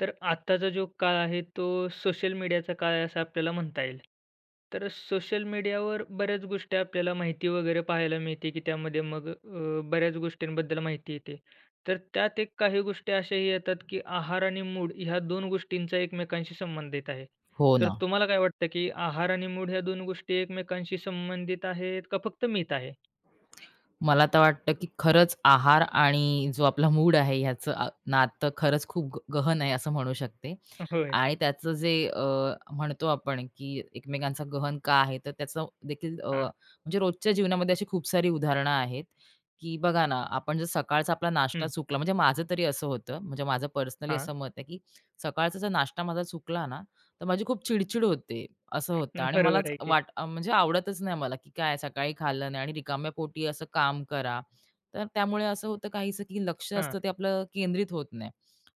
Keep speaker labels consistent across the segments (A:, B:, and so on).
A: तर आत्ताचा जो काळ आहे तो सोशल मीडियाचा काळ आहे असं आपल्याला म्हणता येईल. तर सोशल मीडियावर बऱ्याच गोष्टी आपल्याला माहिती वगैरे पाहायला मिळते, की त्यामध्ये मग बऱ्याच गोष्टींबद्दल माहिती येते. तर त्यात एक काही गोष्टी अशाही येतात, की आहार आणि मूड ह्या 2 गोष्टींचा एकमेकांशी संबंधित आहे.
B: हो
A: तर
B: ना.
A: तुम्हाला काय वाटतं, की आहार आणि मूड ह्या 2 गोष्टी एकमेकांशी संबंधित आहेत का फक्त मीच आहे?
B: मला तर वाटतं, की खरंच आहार आणि जो आपला मूड आहे ह्याचं नातं खरंच खूप गहन आहे असं म्हणू शकते.
A: होय.
B: आणि त्याचं जे म्हणतो आपण, की एकमेकांचा गहन का आहे? तर त्याचं देखील
A: हां.
B: म्हणजे रोजच्या जीवनामध्ये अशी खूप सारी उदाहरणं आहेत, की बघा ना, आपण जर सकाळचा आपला नाश्ता
A: हं.
B: चुकला म्हणजे माझं तरी असं होतं, म्हणजे माझं पर्सनली
A: हां.
B: असं मत आहे, की सकाळचा जर नाश्ता माझा चुकला ना, तर माझी खूप चिड होते. असं होतं आणि
A: बरोबर
B: मलाच
A: आहे की.
B: म्हणजे आवडतच नाही मला, की काय सकाळी खाल्लं नाही आणि रिकाम्या पोटी असं काम करा. तर त्यामुळे असं होतं काहीसं, की लक्ष
A: हां.
B: असतं ते आपलं केंद्रित होत नाही.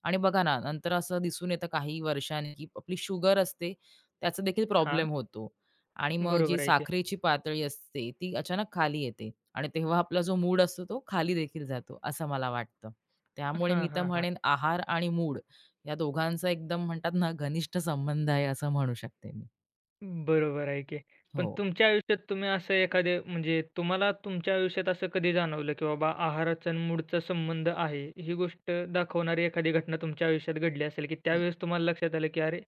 B: आणि बघा ना, नंतर असं दिसून येतं काही वर्षांनी, की आपली शुगर असते त्याचा देखील
A: हां.
B: प्रॉब्लेम होतो. आणि मग जी
A: बरोबर आहे की.
B: साखरेची पातळी असते ती अचानक खाली येते आणि तेव्हा आपला जो मूड असतो तो खाली देखील जातो, असं मला वाटतं. त्यामुळे
A: हां,
B: मी तर
A: हां, हां.
B: म्हणेन आहार आणि मूड या दोघांचा एकदम म्हणतात ना, घनिष्ठ संबंध आहे असं म्हणू शकते मी.
A: बरोबर आहे की. पण
B: हो.
A: तुमच्या आयुष्यात तुम्ही असं एखादे म्हणजे तुम्हाला तुमच्या आयुष्यात असं कधी जाणवलं, की बाबा आहाराचा आणि मूडचा संबंध आहे, ही गोष्ट दाखवणारी एखादी घटना तुमच्या आयुष्यात घडली असेल, की
B: न
A: त्यावेळेस तुम्हाला लक्षात आलं, की "अरे,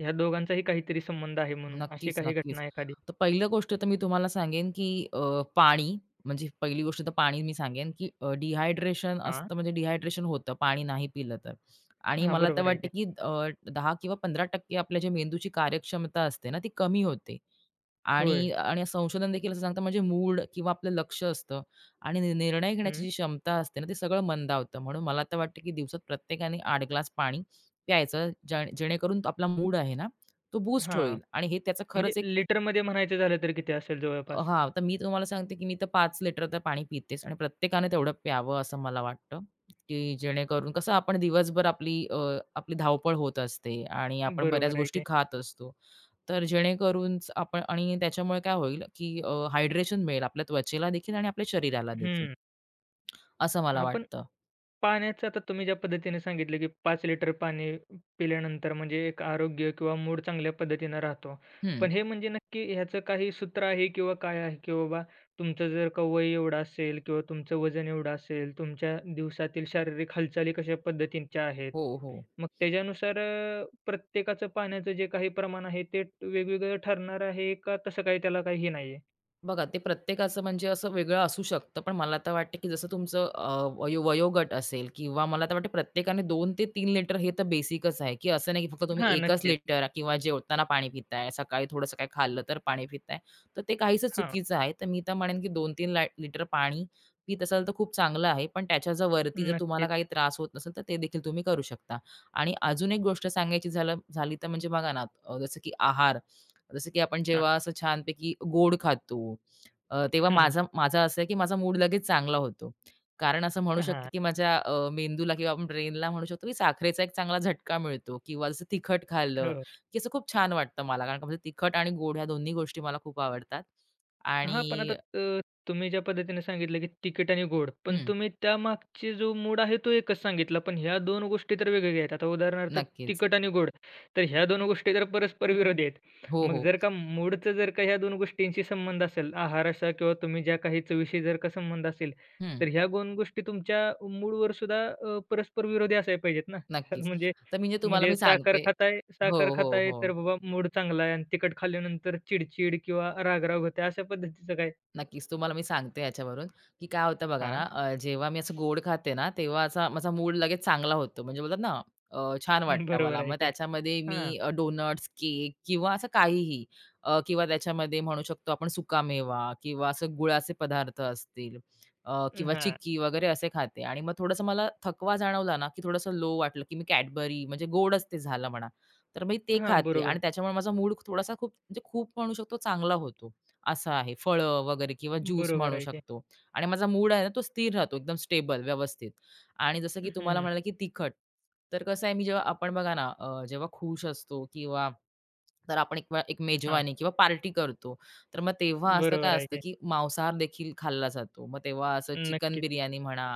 A: ह्या दोघांचाही काहीतरी संबंध आहे." म्हणून अशी
B: नक्कीच,
A: काही
B: नक्कीच.
A: घटना एखादी?
B: तर पहिलं गोष्ट तर मी तुम्हाला सांगेन, की अ, पाणी म्हणजे पहिली गोष्ट तर पाणी मी सांगेन, की डिहायड्रेशन
A: हां.
B: असतं म्हणजे डिहायड्रेशन होतं पाणी नाही पिलं तर. आणि
A: हां,
B: मला तर
A: बरोबर आहे
B: वाटतं,
A: की.
B: की 10 किंवा 15% आपल्या जे मेंदूची कार्यक्षमता असते ना, ती कमी होते.
A: होय.
B: आणि आणि संशोधन देखील असं सांगतं म्हणजे मूड किंवा आपलं लक्ष असतं आणि निर्णय घेण्याची
A: हं.
B: जी क्षमता असते ना, ते सगळं मंदावतं. म्हणून मला तर वाटतं, की दिवसात प्रत्येकाने 8 ग्लास पाणी प्यायचं. जेणेकरून तो आपला मूड आहे ना, तो बूस्ट
A: हां.
B: होईल आणि हे त्याचं
A: म्हणजे
B: खरंच एक
A: लिटरमध्ये म्हणायचं झालं तर किती असेल जवळपास?
B: हां, तर मी तुम्हाला सांगते, की मी तर पाच लिटर तर पाणी पितेच आणि प्रत्येकाने तेवढं प्यावं असं मला वाटतं, की जेणेकरून कसं आपण दिवसभर आपली धावपळ होत असते आणि आपण बऱ्याच
A: बरोबर आहे
B: गोष्टी
A: की.
B: खात असतो. तर जेणेकरून आपण आणि त्याच्यामुळे काय होईल, की हायड्रेशन मिळेल आपल्या त्वचेला देखील आणि आपल्या शरीराला देखील
A: हं.
B: असं मला
A: हां, पण
B: वाटतं.
A: पाण्याचं आता तुम्ही ज्या पद्धतीने सांगितलं, की 5 लिटर पाणी पिल्यानंतर म्हणजे एक आरोग्य किंवा मूड चांगल्या पद्धतीनं राहतो.
B: हं.
A: पण हे म्हणजे नक्की ह्याचं काही सूत्र आहे किंवा काय आहे, की बाबा तुमचं जर का वय एवढं असेल किंवा तुमचं वजन एवढं असेल, तुमच्या दिवसातील शारीरिक हालचाली कशा पद्धतींच्या आहेत.
B: हो, हो.
A: मग त्याच्यानुसार प्रत्येकाचं पाण्याचं जे काही प्रमाण आहे ते वेगवेगळं ठरणार आहे का तसं काही त्याला काही हे नाहीये?
B: बघा, ते प्रत्येकाचं म्हणजे असं वेगळं असू शकतं. पण मला तर वाटतं, की जसं तुमचं वयोगट असेल किंवा मला तर वाटतं प्रत्येकाने 2 ते 3 लिटर हे तर बेसिकच आहे, की असं नाही की फक्त तुम्ही
A: हां,
B: 1च
A: नक्कीच.
B: लिटर किंवा जेवताना पाणी पिताय, सकाळी थोडंसं काही खाल्लं तर पाणी पिताय. तर ते काहीसं
A: हां,
B: चुकीचं आहे. तर मी तर म्हणेन, की 2-3 लिटर पाणी पीत असाल तर खूप चांगलं आहे. पण त्याच्या जर वरती जर तुम्हाला काही
A: नक्कीच.
B: त्रास होत नसेल, तर ते देखील तुम्ही करू शकता. आणि अजून एक गोष्ट सांगायची झाली तर म्हणजे बघा ना, अ, जसं की आहार जसं की आपण
A: हां.
B: जेव्हा असं छानपैकी गोड खातो, तेव्हा
A: हं, हं.
B: माझा माझा असं आहे की माझा मूड लगेच चांगला होतो. कारण असं म्हणू शकतो
A: हां.
B: की माझ्या मेंदूला किंवा आपण ब्रेनला म्हणू शकतो की साखरेचा एक चांगला झटका मिळतो किंवा जसं तिखट खाल्लं,
A: हो.
B: की असं खूप छान वाटतं मला. कारण का म्हणजे तिखट आणि गोड ह्या दोन्ही गोष्टी मला खूप आवडतात.
A: हां, पण आता
B: आणि
A: तुम्ही ज्या पद्धतीने सांगितलं, की तिकीट आणि गोड. पण
B: हं,
A: तुम्ही त्यामागची जो मूड आहे तो एकच सांगितला. पण ह्या दोन गोष्टी तर वेगवेगळ्या आहेत. आता उदाहरणार्थ
B: नक्कीच.
A: तिखट आणि गोड. तर ह्या दोन गोष्टी तर परस्पर विरोधी आहेत.
B: हो,
A: मग
B: हो.
A: जर का मूडचं जर का ह्या 2 गोष्टींशी संबंध असेल, आहाराचा किंवा तुम्ही ज्या काही चवीशी जर का संबंध असेल,
B: हं,
A: तर ह्या 2 गोष्टी तुमच्या मूडवर सुद्धा परस्पर विरोधी असायला पाहिजेत ना. कारण
B: नक्कीच.
A: म्हणजे
B: तर म्हणजे तुम्हाला
A: म्हणजे
B: मी
A: साखर
B: सांगते
A: खाताय
B: हो,
A: साखर
B: हो,
A: खाताय,
B: हो.
A: तर बाबा मूड चांगला आहे आणि तिखट खाल्ल्यानंतर चिडचिड किंवा रागराग होते अशा पद्धतीचं काय?
B: नक्कीच. तुम्हाला मी सांगते याच्यावरून, की काय होतं बघा ना,
A: हां,
B: जेव्हा मी असं गोड खाते ना, तेव्हा असा माझा मूड लगेच चांगला होतो. म्हणजे बोलतात ना, अ, छान वाटतं
A: बरोबर
B: मला.
A: आहे
B: मग
A: की.
B: त्याच्यामध्ये मी
A: हां,
B: डोनट्स, केक किंवा असं काहीही किंवा त्याच्यामध्ये म्हणू शकतो आपण सुकामेवा किंवा असं गुळाचे पदार्थ असतील किंवा
A: हां,
B: चिक्की वगैरे असे खाते. आणि मग थोडंसं मला थकवा जाणवला ना, की थोडंसं लो वाटलं, की मी Cadbury म्हणजे गोडच ते झालं म्हणा. तर मी ते
A: हां,
B: खाते
A: बरोबर.
B: आणि त्याच्यामुळे माझा मूड थोडासा खूप म्हणजे खूप म्हणू शकतो चांगला होतो. असं आहे. फळं वगैरे किंवा ज्यूस
A: बरोबर
B: म्हणू
A: आहे की.
B: शकतो आणि माझा मूड आहे ना तो स्थिर राहतो एकदम स्टेबल, व्यवस्थित. आणि जसं की तुम्हाला
A: हं,
B: म्हणाले, की तिखट. तर कसं आहे, मी जेव्हा आपण बघा ना, जेव्हा खुश असतो किंवा तर आपण एक एक
A: हां,
B: मेजवानी किंवा पार्टी करतो. तर मग तेव्हा असं
A: बरोबर
B: काय
A: आहे
B: असतं,
A: की.
B: की मांसाहार देखील खाल्ला जातो. मग तेव्हा असं चिकन
A: नक्कीच.
B: बिर्याणी म्हणा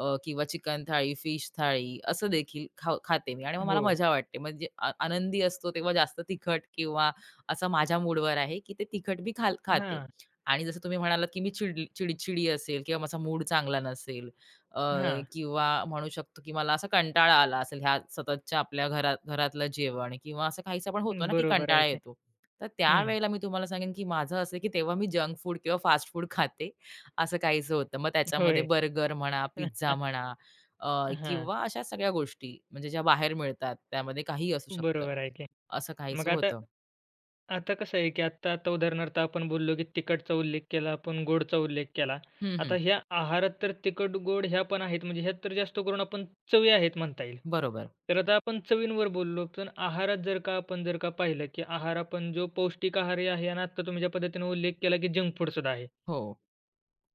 B: किंवा चिकन थाळी, फिश थाळी असं देखील खाऊ खाते मी आणि मग मला
A: हो.
B: मजा वाटते. म्हणजे आनंदी असतो तेव्हा जास्त तिखट किंवा असा माझ्या मूडवर आहे, की ते तिखट मी खाते.
A: हां,
B: आणि जसं तुम्ही म्हणालात, की मी चिडचिडी असेल किंवा माझा मूड चांगला नसेल अ,
A: हां,
B: किंवा म्हणू शकतो, की मला असा कंटाळा आला असेल ह्या सततच्या आपल्या घरात घरातलं जेवण किंवा असं काहीसं पण होतो ना, की
A: बरोबर आहे
B: कंटाळा
A: की.
B: येतो. तर
A: हं,
B: त्यावेळेला मी तुम्हाला सांगेन, की माझं असं आहे, की तेव्हा मी जंक फूड किंवा फास्ट फूड खाते, असं काहीसं होतं. मग त्याच्यामध्ये
A: होय.
B: बर्गर म्हणा, पिझ्झा म्हणा अ,
A: हां,
B: किंवा अशा सगळ्या गोष्टी म्हणजे ज्या बाहेर मिळतात, त्यामध्ये काहीही असू शकतं,
A: बरोबर आहे की.
B: असं
A: मग
B: काहीसं
A: आता
B: होतं.
A: आता कसं आहे, की आता उदाहरणार्थ आपण बोललो, की तिखटचा उल्लेख केला, आपण गोडचा उल्लेख केला.
B: हं,
A: आता
B: हं.
A: ह्या आहारात तर तिखट, गोड ह्या पण आहेत, म्हणजे ह्यात तर जास्त करून आपण चवी आहेत म्हणता येईल.
B: बरोबर.
A: तर आता आपण चवींवर बोललो, पण आहारात जर का आपण जर का पाहिलं, की आहार आपण जो पौष्टिक आहारही आहे आणि आत्ता तुम्ही ज्या पद्धतीने उल्लेख केला, की जंक फूडसुद्धा आहे.
B: हो.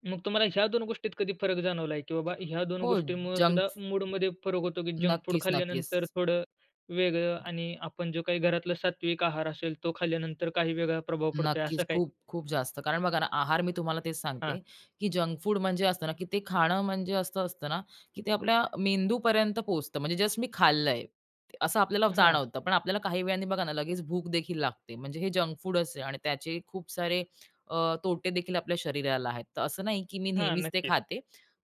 A: मग तुम्हाला ह्या 2 गोष्टीत कधी फरक जाणवला आहे, की बाबा ह्या 2
B: हो,
A: गोष्टींमुळे
B: जंक
A: सुद्धा मूडमध्ये फरक होतो, की जंक फूड
B: नक्कीच, नक्कीच.
A: खाल्ल्यानंतर थोडं वेगळं आणि आपण जो काही घरातला सात्विक आहार असेल, तो खाल्ल्यानंतर काही वेगळा प्रभाव पडतोय
B: नक्कीच.
A: असं काही?
B: खूप, खूप जास्त. कारण बघा ना, आहार मी तुम्हाला तेच
A: हां,
B: सांगते, की जंक फूड म्हणजे असतं ना, की ते खाणं म्हणजे असं असतं ना, की ते आपल्या मेंदूपर्यंत पोहोचतं. म्हणजे जस्ट मी खाल्लंय, ते असं आपल्याला
A: हां,
B: जाणवतं. पण आपल्याला काही वेळाने बघा ना, लगेच भूक देखील लागते. म्हणजे हे जंक फूडच आहे आणि त्याचे खूप सारे अ, तोटे देखील आपल्या शरीराला आहेत. तर असं नाही, की मी
A: हां,
B: नेहमीच ते
A: नक्कीच.
B: खाते.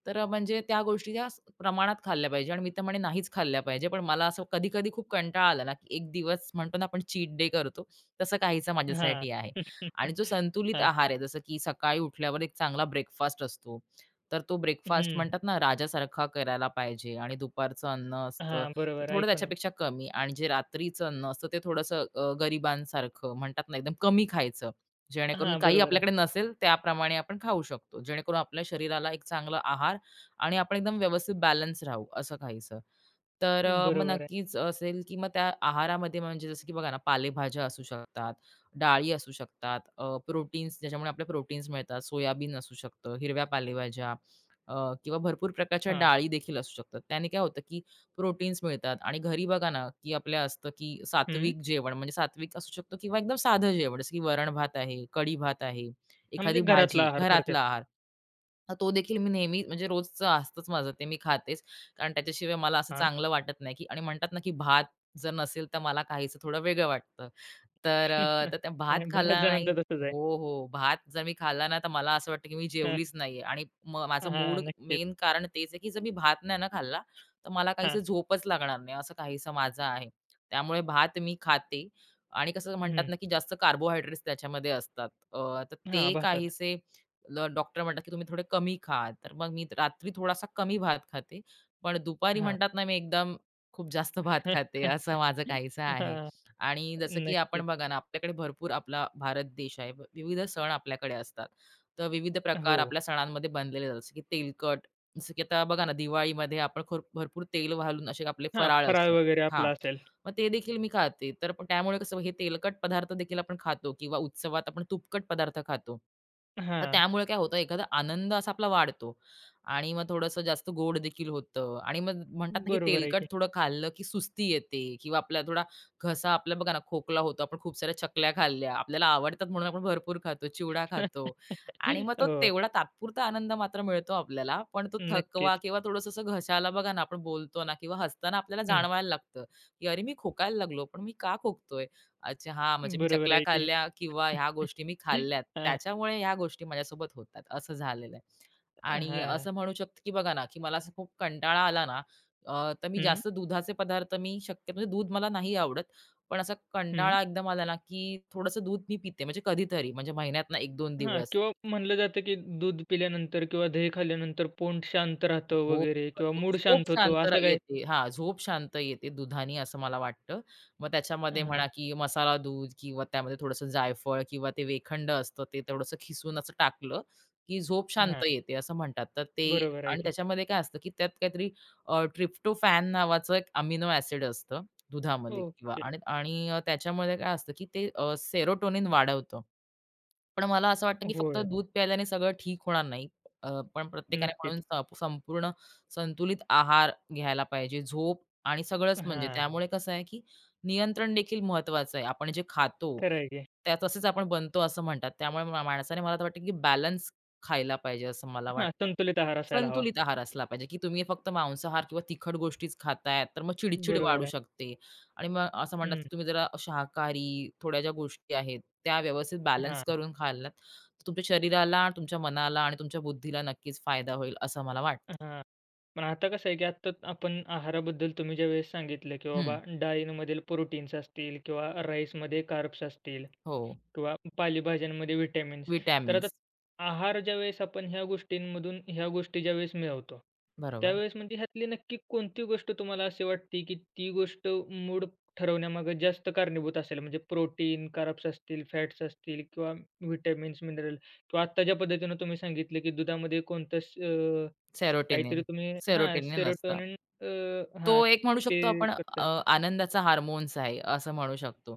B: तर म्हणजे त्या गोष्टी त्या प्रमाणात खाल्ल्या पाहिजे आणि मी तर म्हणे नाहीच खाल्ल्या पाहिजे. पण मला असं कधी-कधी खूप कंटाळा आला ना, की एक दिवस म्हणतो ना, आपण चीट डे करतो, तसं काहीसा
A: हां.
B: माझ्यासाठी आहे. आणि जो संतुलित
A: हां.
B: आहार आहे, जसं की सकाळी उठल्यावर एक चांगला ब्रेकफास्ट असतो. तर तो ब्रेकफास्ट
A: हं.
B: म्हणतात ना राजासारखा करायला पाहिजे आणि दुपारचं अन्न असतं
A: हां,
B: ते
A: बरोबर
B: थोडं
A: ऐकून आहे.
B: त्याच्यापेक्षा कमी आणि जे रात्रीचं अन्न असतं ते थोडंसं गरिबांसारखं म्हणतात ना एकदम कमी खायचं. जेणेकरून
A: हां,
B: काही
A: बरोबर आहे.
B: आपल्याकडे नसेल त्याप्रमाणे आपण खाऊ शकतो. जेणेकरून आपल्या शरीराला एक चांगला आहार आणि आपण एकदम व्यवस्थित बॅलन्स राहू असं खायचं. तर मग
A: बरोबर आहे.
B: नक्कीच असेल, की मग त्या आहारामध्ये म्हणजे जसं की बघा ना पालेभाज्या असू शकतात. डाळी असू शकतात, प्रोटीन्स ज्याच्यामुळे आपल्या प्रोटीन्स मिळतात, सोयाबीन असू शकतं, हिरव्या पालेभाज्या अ, किंवा भरपूर प्रकारच्या
A: हां.
B: डाळी देखील असू शकतात. त्याने काय होतं, की प्रोटीन्स मिळतात आणि घरी बघा ना, की आपल्या असतं, की
A: हं.
B: सात्विक जेवण म्हणजे सात्विक असू शकतं किंवा एकदम साधं जेवण, जसं की वरण-भात आहे, कढी-भात आहे,
A: हां, म्हणजे
B: एखादी
A: घरातला
B: भाजी,
A: आहार
B: घरातला
A: थोडक्यात.
B: आहार. तो देखील मी नेहमी म्हणजे रोजचं असतंच माझं ते मी खातेच. कारण त्याच्याशिवाय मला असं
A: हां.
B: चांगलं वाटत नाही, की आणि म्हणतात ना, की भात जर नसेल तर मला काहीसं थोडं वेगळं वाटतं. तर अ, तर त्या भात
A: नाही, बऱ्याच
B: खाल्ला नाही
A: जणांचं तसंच आहे.
B: हो, हो. भात जर मी खाल्ला ना, तर मला असं वाटतं, की मी
A: हां,
B: जेवलीच नाहीये आणि माझा
A: हां,
B: मूड मेन
A: नक्कीच.
B: कारण तेच आहे, की जर मी भात नाही ना खाल्ला, तर मला काहीसं
A: हां.
B: झोपच लागणार नाही, असं काहीसं माझं आहे. त्यामुळे भात मी खाते आणि कसं म्हणतात
A: हं.
B: ना, की जास्त कार्बोहायड्रेट्स त्याच्यामध्ये असतात. तर
A: हां,
B: ते
A: भातात.
B: काहीसे डॉक्टर म्हणतात, की तुम्ही थोडे कमी खा. तर मग मी रात्री थोडासा कमी भात खाते. पण दुपारी
A: हां.
B: म्हणतात ना, मी एकदम खूप जास्त भात खाते, असं माझं काहीसं आहे.
A: हां,
B: आणि जसं की
A: नक्कीच.
B: आपण बघा ना, आपल्याकडे भरपूर आपला भारत देश आहे. विविध सण आपल्याकडे असतात. तर विविध प्रकार
A: हो.
B: आपल्या सणांमध्ये बनलेले असतात. जसं की तेलकट, जसं की आता बघा ना, दिवाळीमध्ये आपण खूप भरपूर तेल घालून असे आपले
A: हां,
B: फराळ
A: फराळ
B: असतात.
A: वगैरे
B: हां.
A: आपला असेल.
B: मग ते देखील मी खाते. तर पण त्यामुळे कसं हे तेलकट पदार्थ देखील आपण खातो किंवा उत्सवात आपण तुपकट पदार्थ खातो. तर
A: हां,
B: त्यामुळे काय होतं एखादा आनंद असा आपला वाढतो आणि मग थोडंसं जास्त गोड देखील होतं आणि मग म्हणतात ना, की
A: बरोबर आहे
B: तेलकट
A: की.
B: थोडं खाल्लं, की सुस्ती येते किंवा आपला थोडा घसा आपला बघा ना, खोकला होतो. आपण खूप साऱ्या चकल्या खाल्ल्या, आपल्याला आवडतात म्हणून आपण भरपूर खातो, चिवडा खातो आणि मग तो
A: हो,
B: तेवढा तात्पुरता आनंद मात्र मिळतो आपल्याला. पण तो थकवा
A: नक्कीच.
B: किंवा थोडंसं असं घशाला बघा ना, आपण बोलतो ना किंवा हसताना आपल्याला
A: हं,
B: जाणवायला लागतं. की "अरे, मी खोकायला लागलो, पण मी का खोकतोय? अच्छा, हां, म्हणजे मी
A: बरोबर
B: चकल्या
A: आहे की.
B: खाल्ल्या किंवा ह्या गोष्टी मी खाल्ल्यात,
A: हां,
B: त्याच्यामुळे ह्या गोष्टी माझ्यासोबत होतात," असं झालेलं आहे. आणि
A: हां.
B: असं म्हणू शकतो की बघा ना, की मला असं खूप कंटाळा आला ना, तर मी
A: हं,
B: जास्त दुधाचे पदार्थ मी शक्यतो म्हणजे दूध मला नाही आवडत, पण असा
A: हं.
B: कंटाळा एकदम आला ना, की थोडंसं दूध मी पिते, म्हणजे कधीतरी, म्हणजे महिन्यातनं 1-2
A: हां,
B: दिवस.
A: किंवा म्हणलं जातं की दूध पिल्यानंतर किंवा दही खाल्ल्यानंतर पोट शांत राहतं
B: हो,
A: वगैरे किंवा
B: भरपूर
A: मूड
B: झोप
A: शांत होतो
B: शांत
A: असं काही?
B: येते. हां, झोप शांत येते दुधानी असं मला वाटतं. मग त्याच्यामध्ये
A: हां,
B: म्हणा, की मसाला दूध किंवा त्यामध्ये थोडंसं जायफळ किंवा ते वेखंड असतं ते थोडंसं खिसून असं टाकलं, की झोप शांत
A: हां.
B: येते असं म्हणतात. तर ते
A: बरोबर आहे
B: आणि
A: की.
B: त्याच्यामध्ये काय असतं, की त्यात काहीतरी ट्रिप्टोफॅन नावाचं एक अमिनो ॲसिड असतं दुधामध्ये किंवा
A: ओके.
B: आणि आणि अ, त्याच्यामध्ये काय असतं, की ते सेरोटोनिन वाढवतं. पण मला असं वाटतं, की फक्त
A: होय,
B: दूध प्यायल्याने सगळं ठीक होणार नाही. पण प्रत्येकाने म्हणून
A: नक्कीच.
B: संपूर्ण संतुलित आहार घ्यायला पाहिजे. झोप आणि सगळंच म्हणजे
A: हां,
B: त्यामुळे कसं आहे, की नियंत्रण देखील महत्त्वाचं आहे. आपण जे खातो,
A: खरं आहे की.
B: त्या तसेच आपण बनतो असं म्हणतात. त्यामुळे माणसाने मला तर वाटतं, की बॅलन्स खायला पाहिजे असं मला
A: हां,
B: वाटतं.
A: संतुलित आहार असायला हवा.
B: संतुलित आहार असला पाहिजे, की तुम्ही फक्त मांसाहार किंवा तिखट गोष्टीच खाताय, तर मग चिड
A: बरोबर
B: वाढू
A: आहे.
B: शकते. आणि मग असं म्हणतात
A: हं,
B: की तुम्ही जरा शाकाहारी थोड्या ज्या गोष्टी आहेत त्या व्यवस्थित बॅलन्स
A: हां.
B: करून खाल्लात, तर तुमच्या शरीराला, तुमच्या मनाला आणि तुमच्या बुद्धीला नक्कीच फायदा होईल असं मला वाटतं.
A: हां. पण आता कसं आहे, की आत्ता आपण आहाराबद्दल तुम्ही ज्यावेळेस सांगितलं, की
B: हं.
A: बाबा डाळींमधील प्रोटीन्स असतील किंवा राईसमध्ये कार्ब्स असतील
B: हो.
A: किंवा पालेभाज्यांमध्ये व्हिटॅमिन्स. तर आता
B: विटॅमिन्स.
A: आहार ज्यावेळेस आपण ह्या गोष्टींमधून ह्या गोष्टी ज्यावेळेस मिळवतो,
B: बरोबर.
A: त्यावेळेस म्हणजे ह्यातली नक्की कोणती गोष्ट तुम्हाला अशी वाटते, की ती गोष्ट मूड ठरवण्यामागे जास्त कारणीभूत असेल? म्हणजे प्रोटीन, कार्ब्स असतील, फॅट्स असतील किंवा व्हिटॅमिन्स, मिनरल किंवा आत्ता ज्या पद्धतीनं तुम्ही सांगितलं, की दुधामध्ये कोणतं
B: सेरोटोनिन.
A: काहीतरी तुम्ही हां,
B: सेरोटोनिन असतं.
A: सेरोटोनिन अ, हां,
B: तो एक म्हणू
A: ते
B: शकतो आपण
A: करता.
B: आनंदाचा हार्मोन्स आहे असं म्हणू शकतो,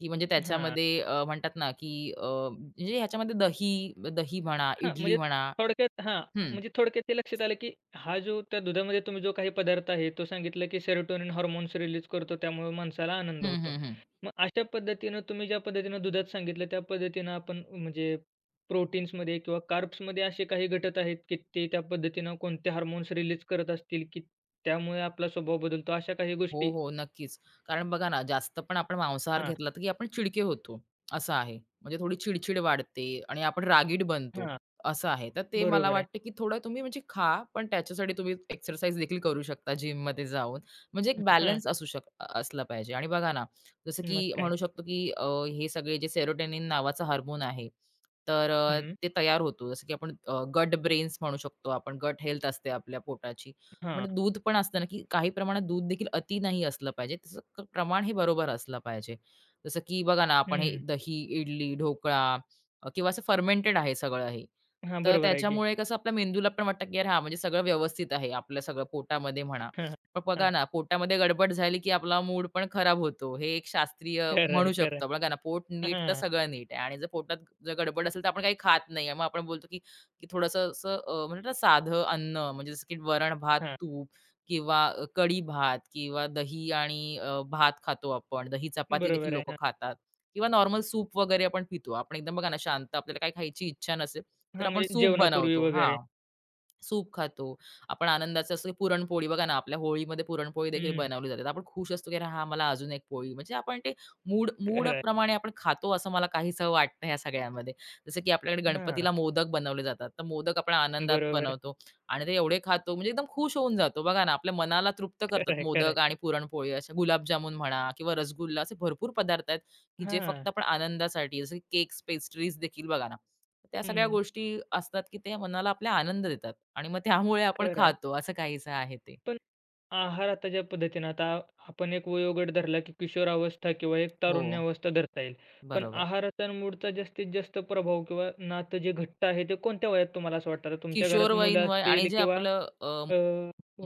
B: की म्हणजे
A: हां,
B: त्याच्यामध्ये म्हणतात ना, की म्हणजे ह्याच्यामध्ये दही दही म्हणा,
A: हां,
B: इडली
A: म्हणजे
B: म्हणा.
A: थोडक्यात हां,
B: हं.
A: म्हणजे थोडक्यात ते लक्षात आलं, की हा जो त्या दुधामध्ये तुम्ही जो काही पदार्थ आहे, तो सांगितला, की सेरोटोनिन हार्मोन्स रिलीज करतो, त्यामुळे माणसाला आनंद
B: हं,
A: होतो.
B: हं, हं.
A: मग अशा पद्धतीनं तुम्ही ज्या पद्धतीनं दुधात सांगितलं, त्या पद्धतीनं आपण म्हणजे प्रोटीन्समध्ये किंवा कार्ब्समध्ये असे काही घटक आहेत, की ते त्या पद्धतीनं कोणते हार्मोन्स रिलीज करत असतील, की त्यामुळे आपला स्वभाव बदलतो, अशा काही
B: हो,
A: गोष्टी
B: हो. नक्कीच. कारण बघा ना, जास्त पण आपण मांसाहार
A: हां,
B: घेतला तर की आपण चिडके होतो, असं आहे. म्हणजे थोडी चिडचिड वाढते आणि आपण रागीट बनतो,
A: हां,
B: असं आहे. तर ते मला
A: बरोबर आहे.
B: वाटतं की थोडं तुम्ही म्हणजे खा, पण त्याच्यासाठी तुम्ही एक्सरसाइज देखील करू शकता जिममध्ये जाऊन. म्हणजे एक बॅलन्स असला पाहिजे. आणि बघा ना, जसं
A: मग
B: की
A: काय.
B: म्हणू शकतो की हे सगळे जे सेरोटोनिन नावाचं हार्मोन आहे, तर
A: हं.
B: ते तयार होतो. जसं की आपण गट ब्रेन्स म्हणू शकतो आपण. गट हेल्थ असते आपल्या पोटाची.
A: हां.
B: म्हणजे दूध पण असतं ना, की काही प्रमाणात दूध देखील अति नाही असलं पाहिजे. त्याचं प्रमाण हे बरोबर असलं पाहिजे. जसं की बघा ना, आपण हे
A: हं.
B: दही, इडली, ढोकळा किंवा असं फर्मेंटेड आहे सगळं हे.
A: हां,
B: तर
A: बरोबर आहे की.
B: त्याच्यामुळे कसं आपल्या मेंदूला पण वाटतं, की "अरे हां, म्हणजे सगळं व्यवस्थित आहे आपलं सगळं पोटामध्ये म्हणा."
A: हां,
B: पण बघा
A: हां.
B: ना, पोटामध्ये गडबड झाली, की आपला मूड पण खराब होतो. हे एक शास्त्रीय
A: खरं आहे,
B: म्हणू
A: खरं
B: शकतो. बघा ना, पोट
A: आहे.
B: नीट तर
A: हां,
B: सगळं नीट आहे आणि जर पोटात जर गडबड असेल, तर आपण काही खात नाही. मग आपण बोलतो, की की थोडंसं असं म्हणतात ना साधं अन्न म्हणजे जसं की वरण भात
A: हां.
B: तूप किंवा कढी भात किंवा दही आणि भात खातो आपण. दही चपाती देखील
A: बरोबर आहे.
B: लोकं
A: हां.
B: खातात किंवा नॉर्मल सूप वगैरे आपण पितो. आपण एकदम बघा ना शांत आपल्याला काही खायची इच्छा नसेल, तर
A: हां,
B: आपण
A: म्हणजे
B: सूप
A: जेवणापूर्वी
B: बनवतो.
A: वगैरे.
B: हां. सूप खातो. आपण आनंदाचं असं पुरणपोळी बघा ना, आपल्या होळीमध्ये पुरणपोळी देखील
A: हं.
B: बनवली जाते. आपण खुश असतो, की "अरे हां, मला अजून एक पोळी." म्हणजे आपण ते
A: खरं आहे.
B: मूडप्रमाणे आपण खातो असं मला काहीसं वाटतं ह्या सगळ्यामध्ये. जसं की आपल्याकडे
A: हां.
B: गणपतीला मोदक बनवले जातात. तर मोदक आपण आनंदात
A: बरोबर आहे.
B: बनवतो आणि ते एवढे खातो म्हणजे एकदम खुश होऊन जातो. बघा ना, आपल्या मनाला तृप्त
A: खरं
B: करतात
A: आहे, खरं
B: मोदक
A: आहे.
B: आणि पुरणपोळी अशा गुलाबजामुन म्हणा किंवा रसगुल्ला असे भरपूर पदार्थ आहेत, की जे
A: हां.
B: फक्त आपण आनंदासाठी जसं केक्स, पेस्ट्रीज देखील बघा ना. त्या सगळ्या
A: हं.
B: गोष्टी असतात, की ते मनाला आपल्या आनंद देतात आणि मग त्यामुळे आपण
A: खरं आहे.
B: खातो असं काहीसं आहे ते.
A: पण आहार आता ज्या पद्धतीनं आता आपण एक वयोगट धरला, की किशोर अवस्था किंवा एक तारुण्य
B: हो,
A: अवस्था धरता येईल. पण
B: बरोबर.
A: आहाराचा आणि मूडचा जास्तीत जास्त प्रभाव किंवा नातं जे घट्ट आहे, ते कोणत्या वयात तुम्हाला असं वाटतं? आता तुमच्या घरात
B: किशोरवयीन
A: मुलं
B: वय आणि
A: असतील
B: जे
A: किंवा
B: आपलं
A: अ,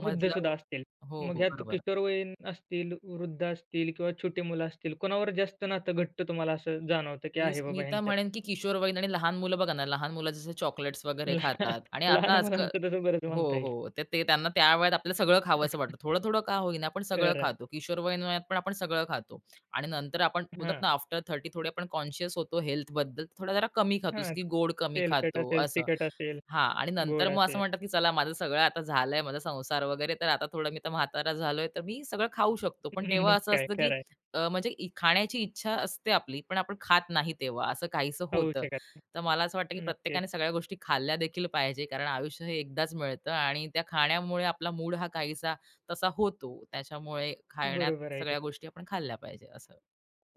B: मधलं
A: असतील.
B: हो,
A: मग
B: हो,
A: ह्यात
B: बरोबर.
A: किशोरवयीन असतील, वृद्ध असतील किंवा छोटी मुलं असतील. कोणावर जास्त नातं घट्ट तुम्हाला असं जाणवतं, की आहे
B: मी
A: बाबा
B: तर
A: ह्यांच्यात?
B: म्हणेन, की किशोरवयीन आणि लहान मुलं बघा ना, लहान मुलं जसे चॉकलेट्स वगैरे खातात आणि
A: लहान
B: आता आजकाल
A: मुलांचं तसं बरंच
B: हो,
A: म्हणता येईल.
B: हो. तर ते त्यांना त्या वयात आपल्याला सगळं खावंसं वाटतं. थोडं-थोडं का होईना, पण सगळं
A: खरं आहे.
B: खातो. किशोरवयीन वयात पण आपण सगळं खातो आणि नंतर आपण बोलतात
A: हां,
B: ना, आफ्टर 30 थोडे आपण कॉन्शियस होतो हेल्थबद्दल. थोडा जरा कमी खातो,
A: हां.
B: जसं की गोड कमी
A: तेलकट
B: खातो
A: असेल,
B: असं.
A: तिखट असेल.
B: हां. आणि नंतर
A: गोड
B: मग असं
A: असेल.
B: म्हणतात, की चला माझं सगळं आता झालंय, माझा संसार वगैरे, तर आता थोडं मी तर म्हातारा झालोय, तर मी सगळं खाऊ शकतो. पण तेव्हा
A: मग
B: असं
A: काय,
B: असतं, की
A: खरं आहे.
B: म्हणजे खाण्याची इच्छा असते आपली, पण आपण खात नाही तेव्हा, असं काहीसं
A: होऊ
B: होतं.
A: शकत
B: तर मला असं वाटतं, की
A: नाही.
B: प्रत्येकाने
A: नक्कीच.
B: सगळ्या गोष्टी खाल्ल्या देखील पाहिजे, कारण आयुष्य हे एकदाच मिळतं आणि त्या खाण्यामुळे आपला मूड हा काहीसा तसा होतो. त्याच्यामुळे खाण्यात
A: बरोबर आहे की.
B: सगळ्या गोष्टी आपण खाल्ल्या पाहिजे असं.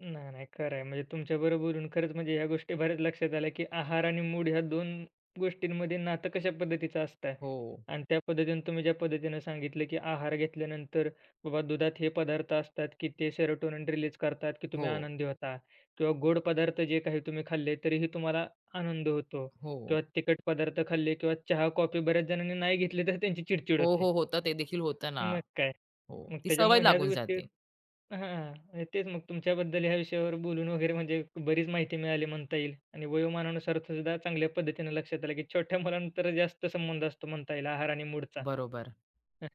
A: नाही, नाही, खरं आहे. म्हणजे तुमच्याबरोबर बोलून खरंच म्हणजे ह्या गोष्टी बऱ्याच लक्षात आल्या, की आहार आणि मूड ह्या दोन गोष्टींमध्ये नातं कशा पद्धतीचं असतं
B: हो,
A: आणि त्या पद्धतीने तुम्ही ज्या पद्धतीनं सांगितलं, की आहार घेतल्यानंतर बाबा दुधात हे पदार्थ असतात, की ते सेरोटोनिन रिलीज करतात, की
B: हो,
A: तुम्ही आनंदी होता किंवा गोड पदार्थ जे काही तुम्ही खाल्ले तरीही तुम्हाला आनंद होतो
B: हो.
A: किंवा तिखट पदार्थ खाल्ले किंवा चहा, कॉफी बऱ्याच जणांनी नाही घेतले तर त्यांची चिड
B: हो,
A: होते.
B: हो. होतं ते देखील होतं ना.
A: मग काय.
B: हो.
A: मग
B: ती सवय
A: त्याच्यामुळे ह्याच
B: लागून
A: गोष्टी
B: जाते.
A: हां. तेच मग तुमच्याबद्दल ह्या विषयावर बोलून वगैरे म्हणजे बरीच माहिती मिळाली म्हणता येईल आणि वयोमानानुसार सुद्धा चांगल्या पद्धतीने लक्षात आलं, की छोट्या मुलांना तर जास्त संबंध असतो म्हणता येईल आहार आणि मूडचा.
B: बरोबर.
A: हं,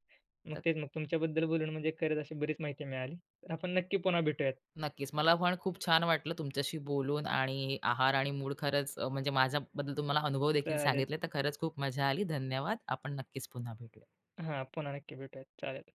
A: मग
B: तर
A: तेच मग तुमच्याबद्दल बोलून म्हणजे खरंच अशी बरीच माहिती मिळाली. तर आपण नक्की पुन्हा भेटूयात.
B: नक्कीच. मला पण खूप छान वाटलं तुमच्याशी बोलून आणि आहार आणि मूड खरंच म्हणजे माझ्याबद्दल तुम्हाला अनुभव देखील
A: चालेल.
B: सांगितले, तर खरंच खूप मजा आली. धन्यवाद. आपण नक्कीच पुन्हा भेटूया.
A: हां, पुन्हा नक्की भेटूयात. चालेल.